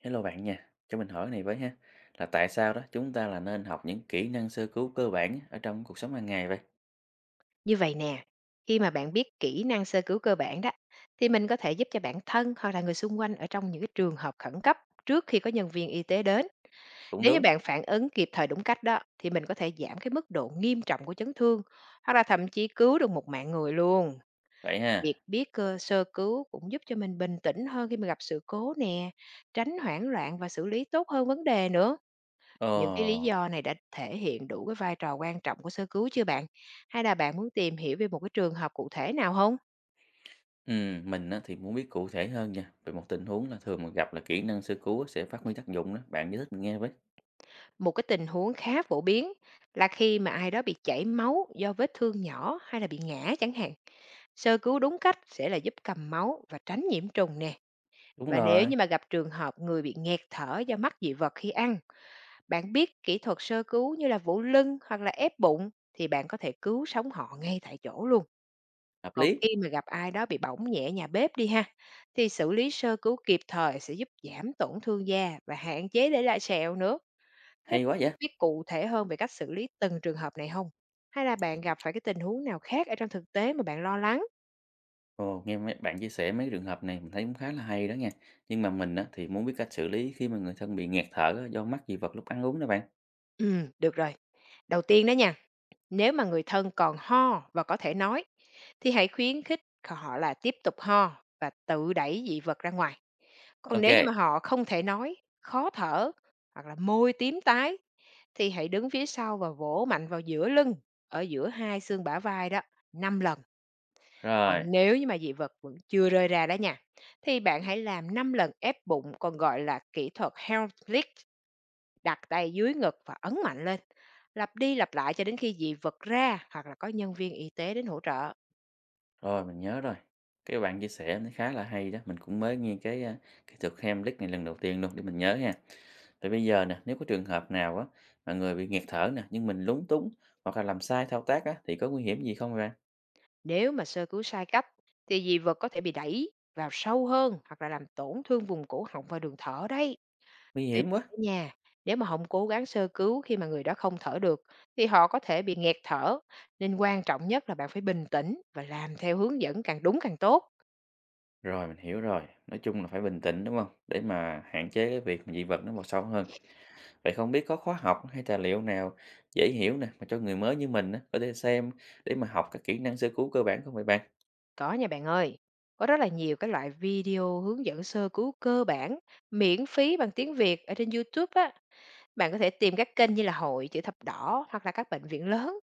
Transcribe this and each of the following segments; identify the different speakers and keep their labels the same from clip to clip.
Speaker 1: Hello bạn nha, cho mình hỏi cái này với ha, là tại sao đó chúng ta là nên học những kỹ năng sơ cứu cơ bản ở trong cuộc sống hàng ngày vậy?
Speaker 2: Như vậy nè, khi mà bạn biết kỹ năng sơ cứu cơ bản đó, thì mình có thể giúp cho bản thân hoặc là người xung quanh ở trong những cái trường hợp khẩn cấp trước khi có nhân viên y tế đến.
Speaker 1: Cũng
Speaker 2: Nếu như
Speaker 1: đúng,
Speaker 2: bạn phản ứng kịp thời đúng cách đó, thì mình có thể giảm cái mức độ nghiêm trọng của chấn thương hoặc là thậm chí cứu được một mạng người luôn.
Speaker 1: vậy ha.
Speaker 2: Việc biết sơ cứu cũng giúp cho mình bình tĩnh hơn khi mà gặp sự cố nè, tránh hoảng loạn và xử lý tốt hơn vấn đề nữa.
Speaker 1: Ờ,
Speaker 2: Những cái lý do này đã thể hiện đủ cái vai trò quan trọng của sơ cứu chưa bạn? Hay là bạn muốn tìm hiểu về một cái trường hợp cụ thể nào không?
Speaker 1: mình á, thì muốn biết cụ thể hơn nha, về một tình huống là thường mà gặp là kỹ năng sơ cứu á, sẽ phát huy tác dụng đó, bạn giải thích mình nghe với.
Speaker 2: Một cái tình huống khá phổ biến là khi mà ai đó bị chảy máu do vết thương nhỏ hay là bị ngã chẳng hạn. Sơ cứu đúng cách sẽ là giúp cầm máu và tránh nhiễm trùng nè.
Speaker 1: Đúng
Speaker 2: Và nếu
Speaker 1: rồi,
Speaker 2: như mà gặp trường hợp người bị nghẹt thở do mắc dị vật khi ăn, bạn biết kỹ thuật sơ cứu như là vụ lưng hoặc là ép bụng thì bạn có thể cứu sống họ ngay tại chỗ luôn.
Speaker 1: hợp
Speaker 2: Còn
Speaker 1: lý,
Speaker 2: khi mà gặp ai đó bị bỏng nhẹ nhà bếp đi ha, thì xử lý sơ cứu kịp thời sẽ giúp giảm tổn thương da và hạn chế để lại sẹo nữa. Thế
Speaker 1: hay quá vậy.
Speaker 2: bạn biết cụ thể hơn về cách xử lý từng trường hợp này không? Hay là bạn gặp phải cái tình huống nào khác ở trong thực tế mà bạn lo lắng?
Speaker 1: Ồ, nghe mấy bạn chia sẻ mấy trường hợp này mình thấy cũng khá là hay đó nha. Nhưng mà mình á, thì muốn biết cách xử lý khi mà người thân bị nghẹt thở á, do mắc dị vật lúc ăn uống đó bạn.
Speaker 2: Ừ, được rồi. Đầu tiên đó nha, nếu mà người thân còn ho và có thể nói, thì hãy khuyến khích họ là tiếp tục ho và tự đẩy dị vật ra ngoài. Còn
Speaker 1: Ok,
Speaker 2: nếu như mà họ không thể nói, khó thở hoặc là môi tím tái, thì hãy đứng phía sau và vỗ mạnh vào giữa lưng, ở giữa hai xương bả vai đó, 5 lần. Còn
Speaker 1: rồi.
Speaker 2: nếu như mà dị vật vẫn chưa rơi ra đó nha, thì bạn hãy làm 5 lần ép bụng còn gọi là kỹ thuật held lift, đặt tay dưới ngực và ấn mạnh lên. Lặp đi lặp lại cho đến khi dị vật ra hoặc là có nhân viên y tế đến hỗ trợ.
Speaker 1: Rồi, mình nhớ rồi. Cái bạn chia sẻ nó khá là hay đó, mình cũng mới nghe cái, kỹ thuật Heimlich này lần đầu tiên luôn để mình nhớ ha. Vậy bây giờ nè, nếu có trường hợp nào á mà người bị nghẹt thở nè, nhưng mình lúng túng hoặc là làm sai thao tác á thì có nguy hiểm gì không bạn?
Speaker 2: Nếu mà sơ cứu sai cách thì dị vật có thể bị đẩy vào sâu hơn hoặc là làm tổn thương vùng cổ họng và đường thở đấy.
Speaker 1: Nguy
Speaker 2: Tuy
Speaker 1: hiểm quá.
Speaker 2: ở nhà, nếu mà không cố gắng sơ cứu khi mà người đó không thở được, thì họ có thể bị nghẹt thở, nên quan trọng nhất là bạn phải bình tĩnh và làm theo hướng dẫn càng đúng càng tốt.
Speaker 1: Rồi, mình hiểu rồi. Nói chung là phải bình tĩnh, đúng không? Để mà hạn chế cái việc mà dị vật nó vào sâu hơn. Vậy không biết có khóa học hay tài liệu nào dễ hiểu nè, mà cho người mới như mình á, có thể xem để mà học các kỹ năng sơ cứu cơ bản không vậy bạn?
Speaker 2: Có nha bạn ơi, có rất là nhiều cái loại video hướng dẫn sơ cứu cơ bản, miễn phí bằng tiếng Việt ở trên YouTube á. Bạn có thể tìm các kênh như là Hội Chữ Thập Đỏ hoặc là các bệnh viện lớn.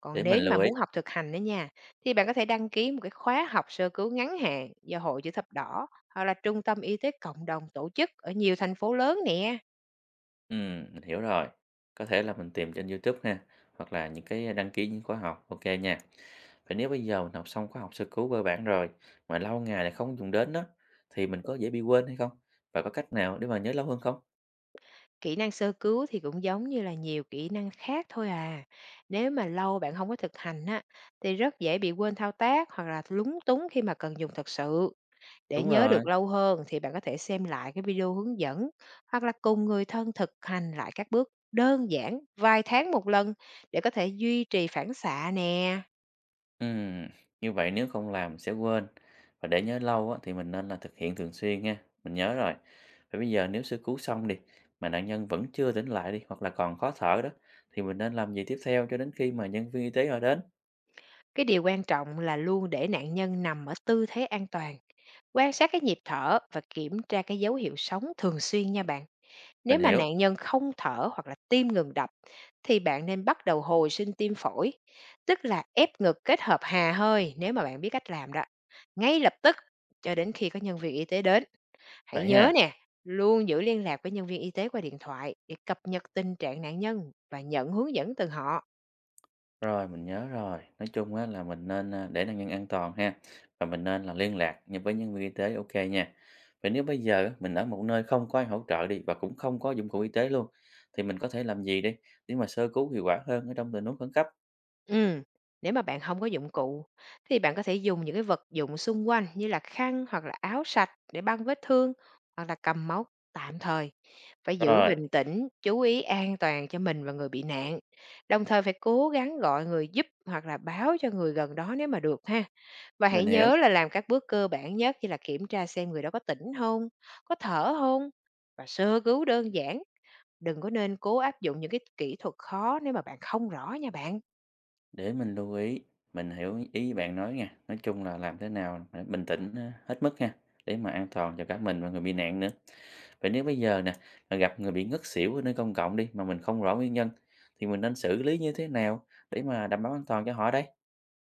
Speaker 2: Còn
Speaker 1: Để mình
Speaker 2: nếu như mà
Speaker 1: lưu ý.
Speaker 2: muốn học thực hành đó nha, thì bạn có thể đăng ký một cái khóa học sơ cứu ngắn hạn do Hội Chữ Thập Đỏ hoặc là Trung tâm Y tế Cộng đồng tổ chức ở nhiều thành phố lớn nè.
Speaker 1: Mình hiểu rồi. Có thể là mình tìm trên YouTube ha, hoặc là những cái đăng ký những khóa học, OK nha. Vậy nếu bây giờ mình học xong khóa học sơ cứu cơ bản rồi, mà lâu ngày lại không dùng đến đó, thì mình có dễ bị quên hay không? Và có cách nào để mà nhớ lâu hơn không?
Speaker 2: Kỹ năng sơ cứu thì cũng giống như là nhiều kỹ năng khác thôi à. Nếu mà lâu bạn không có thực hành á, thì rất dễ bị quên thao tác hoặc là lúng túng khi mà cần dùng thật sự. Để
Speaker 1: Đúng
Speaker 2: nhớ được
Speaker 1: rồi.
Speaker 2: lâu hơn thì bạn có thể xem lại cái video hướng dẫn hoặc là cùng người thân thực hành lại các bước đơn giản vài tháng một lần để có thể duy trì phản xạ nè.
Speaker 1: Ừm, như vậy nếu không làm sẽ quên. Và để nhớ lâu á, thì mình nên là thực hiện thường xuyên ha. Mình nhớ rồi. Vậy bây giờ nếu sơ cứu xong đi, mà nạn nhân vẫn chưa tỉnh lại đi, hoặc là còn khó thở đó, thì mình nên làm gì tiếp theo cho đến khi mà nhân viên y tế họ đến?
Speaker 2: Cái điều quan trọng là luôn để nạn nhân nằm ở tư thế an toàn, quan sát cái nhịp thở và kiểm tra cái dấu hiệu sống thường xuyên nha bạn.
Speaker 1: Mình
Speaker 2: Nếu mà
Speaker 1: hiểu.
Speaker 2: nạn nhân không thở hoặc là tim ngừng đập thì bạn nên bắt đầu hồi sinh tim phổi, tức là ép ngực kết hợp hà hơi nếu mà bạn biết cách làm đó. Ngay lập tức cho đến khi có nhân viên y tế đến. Hãy
Speaker 1: Vậy
Speaker 2: nhớ
Speaker 1: ha.
Speaker 2: nè, luôn giữ liên lạc với nhân viên y tế qua điện thoại để cập nhật tình trạng nạn nhân và nhận hướng dẫn từ họ.
Speaker 1: Rồi, mình nhớ rồi. Nói chung á là mình nên, để nạn nhân an toàn ha, và mình nên là liên lạc như với nhân viên y tế ok nha. Vậy nếu bây giờ á, mình ở một nơi không có ai hỗ trợ đi và cũng không có dụng cụ y tế luôn, thì mình có thể làm gì đi để mà sơ cứu hiệu quả hơn ở trong tình huống khẩn cấp?
Speaker 2: Ừ, nếu mà bạn không có dụng cụ thì bạn có thể dùng những cái vật dụng xung quanh như là khăn hoặc là áo sạch để băng vết thương hoặc là cầm máu tạm thời. Phải giữ
Speaker 1: Rồi,
Speaker 2: bình tĩnh, chú ý an toàn cho mình và người bị nạn, đồng thời phải cố gắng gọi người giúp hoặc là báo cho người gần đó nếu mà được ha. Và hãy
Speaker 1: mình hiểu.
Speaker 2: nhớ là làm các bước cơ bản nhất như là kiểm tra xem người đó có tỉnh không, có thở không và sơ cứu đơn giản, đừng có nên cố áp dụng những cái kỹ thuật khó nếu mà bạn không rõ nha bạn.
Speaker 1: Để mình lưu ý, mình hiểu ý bạn nói nha. Nói chung là làm thế nào để bình tĩnh ờ, hết mức ha, để mà an toàn cho cả mình và người bị nạn nữa. Vậy nếu bây giờ nè, mà gặp người bị ngất xỉu ở nơi công cộng đi mà mình không rõ nguyên nhân thì mình nên xử lý như thế nào để mà đảm bảo an toàn cho họ đây?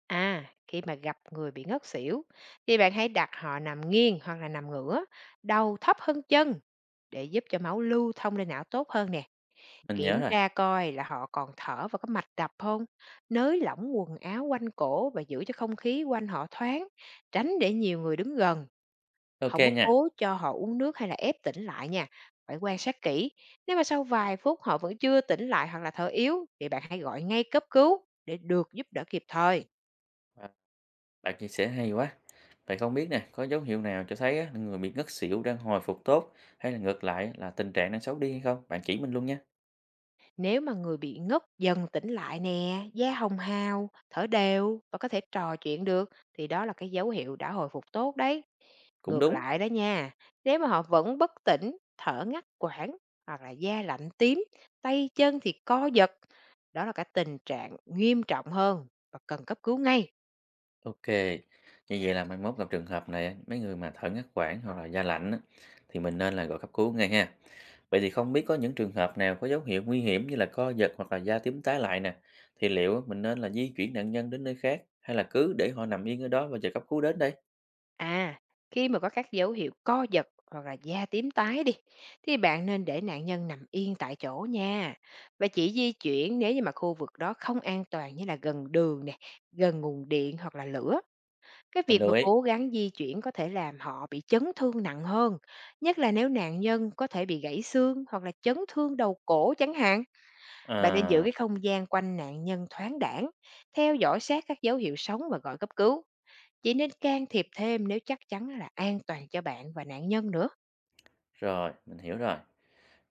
Speaker 2: À, khi mà gặp người bị ngất xỉu thì bạn hãy đặt họ nằm nghiêng hoặc là nằm ngửa, đầu thấp hơn chân để giúp cho máu lưu thông lên não tốt hơn nè.
Speaker 1: Mình nhớ
Speaker 2: Kiểm
Speaker 1: rồi.
Speaker 2: tra coi là họ còn thở và có mạch đập không. Nới lỏng quần áo quanh cổ và giữ cho không khí quanh họ thoáng, tránh để nhiều người đứng gần.
Speaker 1: Ok
Speaker 2: Không có
Speaker 1: nha.
Speaker 2: cố cho họ uống nước hay là ép tỉnh lại nha. Phải quan sát kỹ. Nếu mà sau vài phút họ vẫn chưa tỉnh lại hoặc là thở yếu thì bạn hãy gọi ngay cấp cứu để được giúp đỡ kịp thời.
Speaker 1: À, bạn chia sẻ hay quá. Vậy không biết nè, có dấu hiệu nào cho thấy á, người bị ngất xỉu đang hồi phục tốt hay là ngược lại là tình trạng đang xấu đi hay không? Bạn chỉ mình luôn nha.
Speaker 2: Nếu mà người bị ngất dần tỉnh lại nè, da hồng hào, thở đều và có thể trò chuyện được thì đó là cái dấu hiệu đã hồi phục tốt đấy.
Speaker 1: Cũng
Speaker 2: Ngược
Speaker 1: đúng.
Speaker 2: lại đó nha, nếu mà họ vẫn bất tỉnh, thở ngắt quãng hoặc là da lạnh tím, tay chân thì co giật, đó là cái tình trạng nghiêm trọng hơn và cần cấp cứu ngay.
Speaker 1: OK, như vậy là mai mốt gặp trường hợp này á, mấy người mà thở ngắt quãng hoặc là da lạnh á, thì mình nên là gọi cấp cứu ngay ha. Vậy thì không biết có những trường hợp nào có dấu hiệu nguy hiểm như là co giật hoặc là da tím tái lại nè, thì liệu á, mình nên là di chuyển nạn nhân đến nơi khác hay là cứ để họ nằm yên ở đó và chờ cấp cứu đến đây?
Speaker 2: À, khi mà có các dấu hiệu co giật hoặc là da tím tái đi, thì bạn nên để nạn nhân nằm yên tại chỗ nha. Và chỉ di chuyển nếu như mà khu vực đó không an toàn như là gần đường nè, gần nguồn điện hoặc là lửa. Cái
Speaker 1: Mình
Speaker 2: việc
Speaker 1: lưu
Speaker 2: mà
Speaker 1: ý.
Speaker 2: cố gắng di chuyển có thể làm họ bị chấn thương nặng hơn, nhất là nếu nạn nhân có thể bị gãy xương hoặc là chấn thương đầu cổ chẳng hạn. Bạn nên giữ
Speaker 1: À,
Speaker 2: cái không gian quanh nạn nhân thoáng đãng, theo dõi sát các dấu hiệu sống và gọi cấp cứu, chỉ nên can thiệp thêm nếu chắc chắn là an toàn cho bạn và nạn nhân nữa.
Speaker 1: rồi, mình hiểu rồi.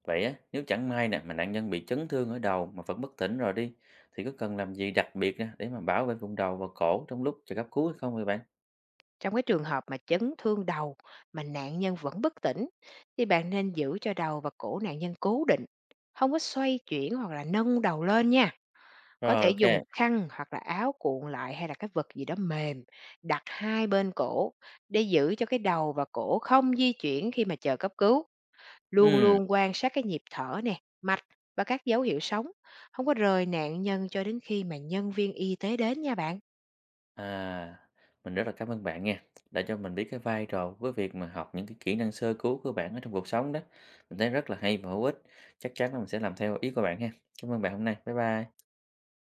Speaker 1: Vậy á, nếu chẳng may nè mà nạn nhân bị chấn thương ở đầu mà vẫn bất tỉnh rồi đi, thì có cần làm gì đặc biệt nè để mà bảo vệ vùng đầu và cổ trong lúc chờ cấp cứu hay không vậy bạn?
Speaker 2: Trong cái trường hợp mà chấn thương đầu mà nạn nhân vẫn bất tỉnh thì bạn nên giữ cho đầu và cổ nạn nhân cố định, không có xoay chuyển hoặc là nâng đầu lên nha. Có
Speaker 1: Rồi,
Speaker 2: thể
Speaker 1: OK.
Speaker 2: dùng khăn hoặc là áo cuộn lại hay là cái vật gì đó mềm đặt hai bên cổ để giữ cho cái đầu và cổ không di chuyển khi mà chờ cấp cứu. Luôn
Speaker 1: Ừ.
Speaker 2: luôn quan sát cái nhịp thở nè, mạch và các dấu hiệu sống, không có rời nạn nhân cho đến khi mà nhân viên y tế đến nha bạn.
Speaker 1: À, mình rất là cảm ơn bạn nha, đã cho mình biết cái vai trò với việc mà học những cái kỹ năng sơ cứu cơ bản ở trong cuộc sống đó. Mình thấy rất là hay và hữu ích. Chắc chắn là mình sẽ làm theo ý của bạn ha. Cảm ơn bạn hôm nay. Bye bye.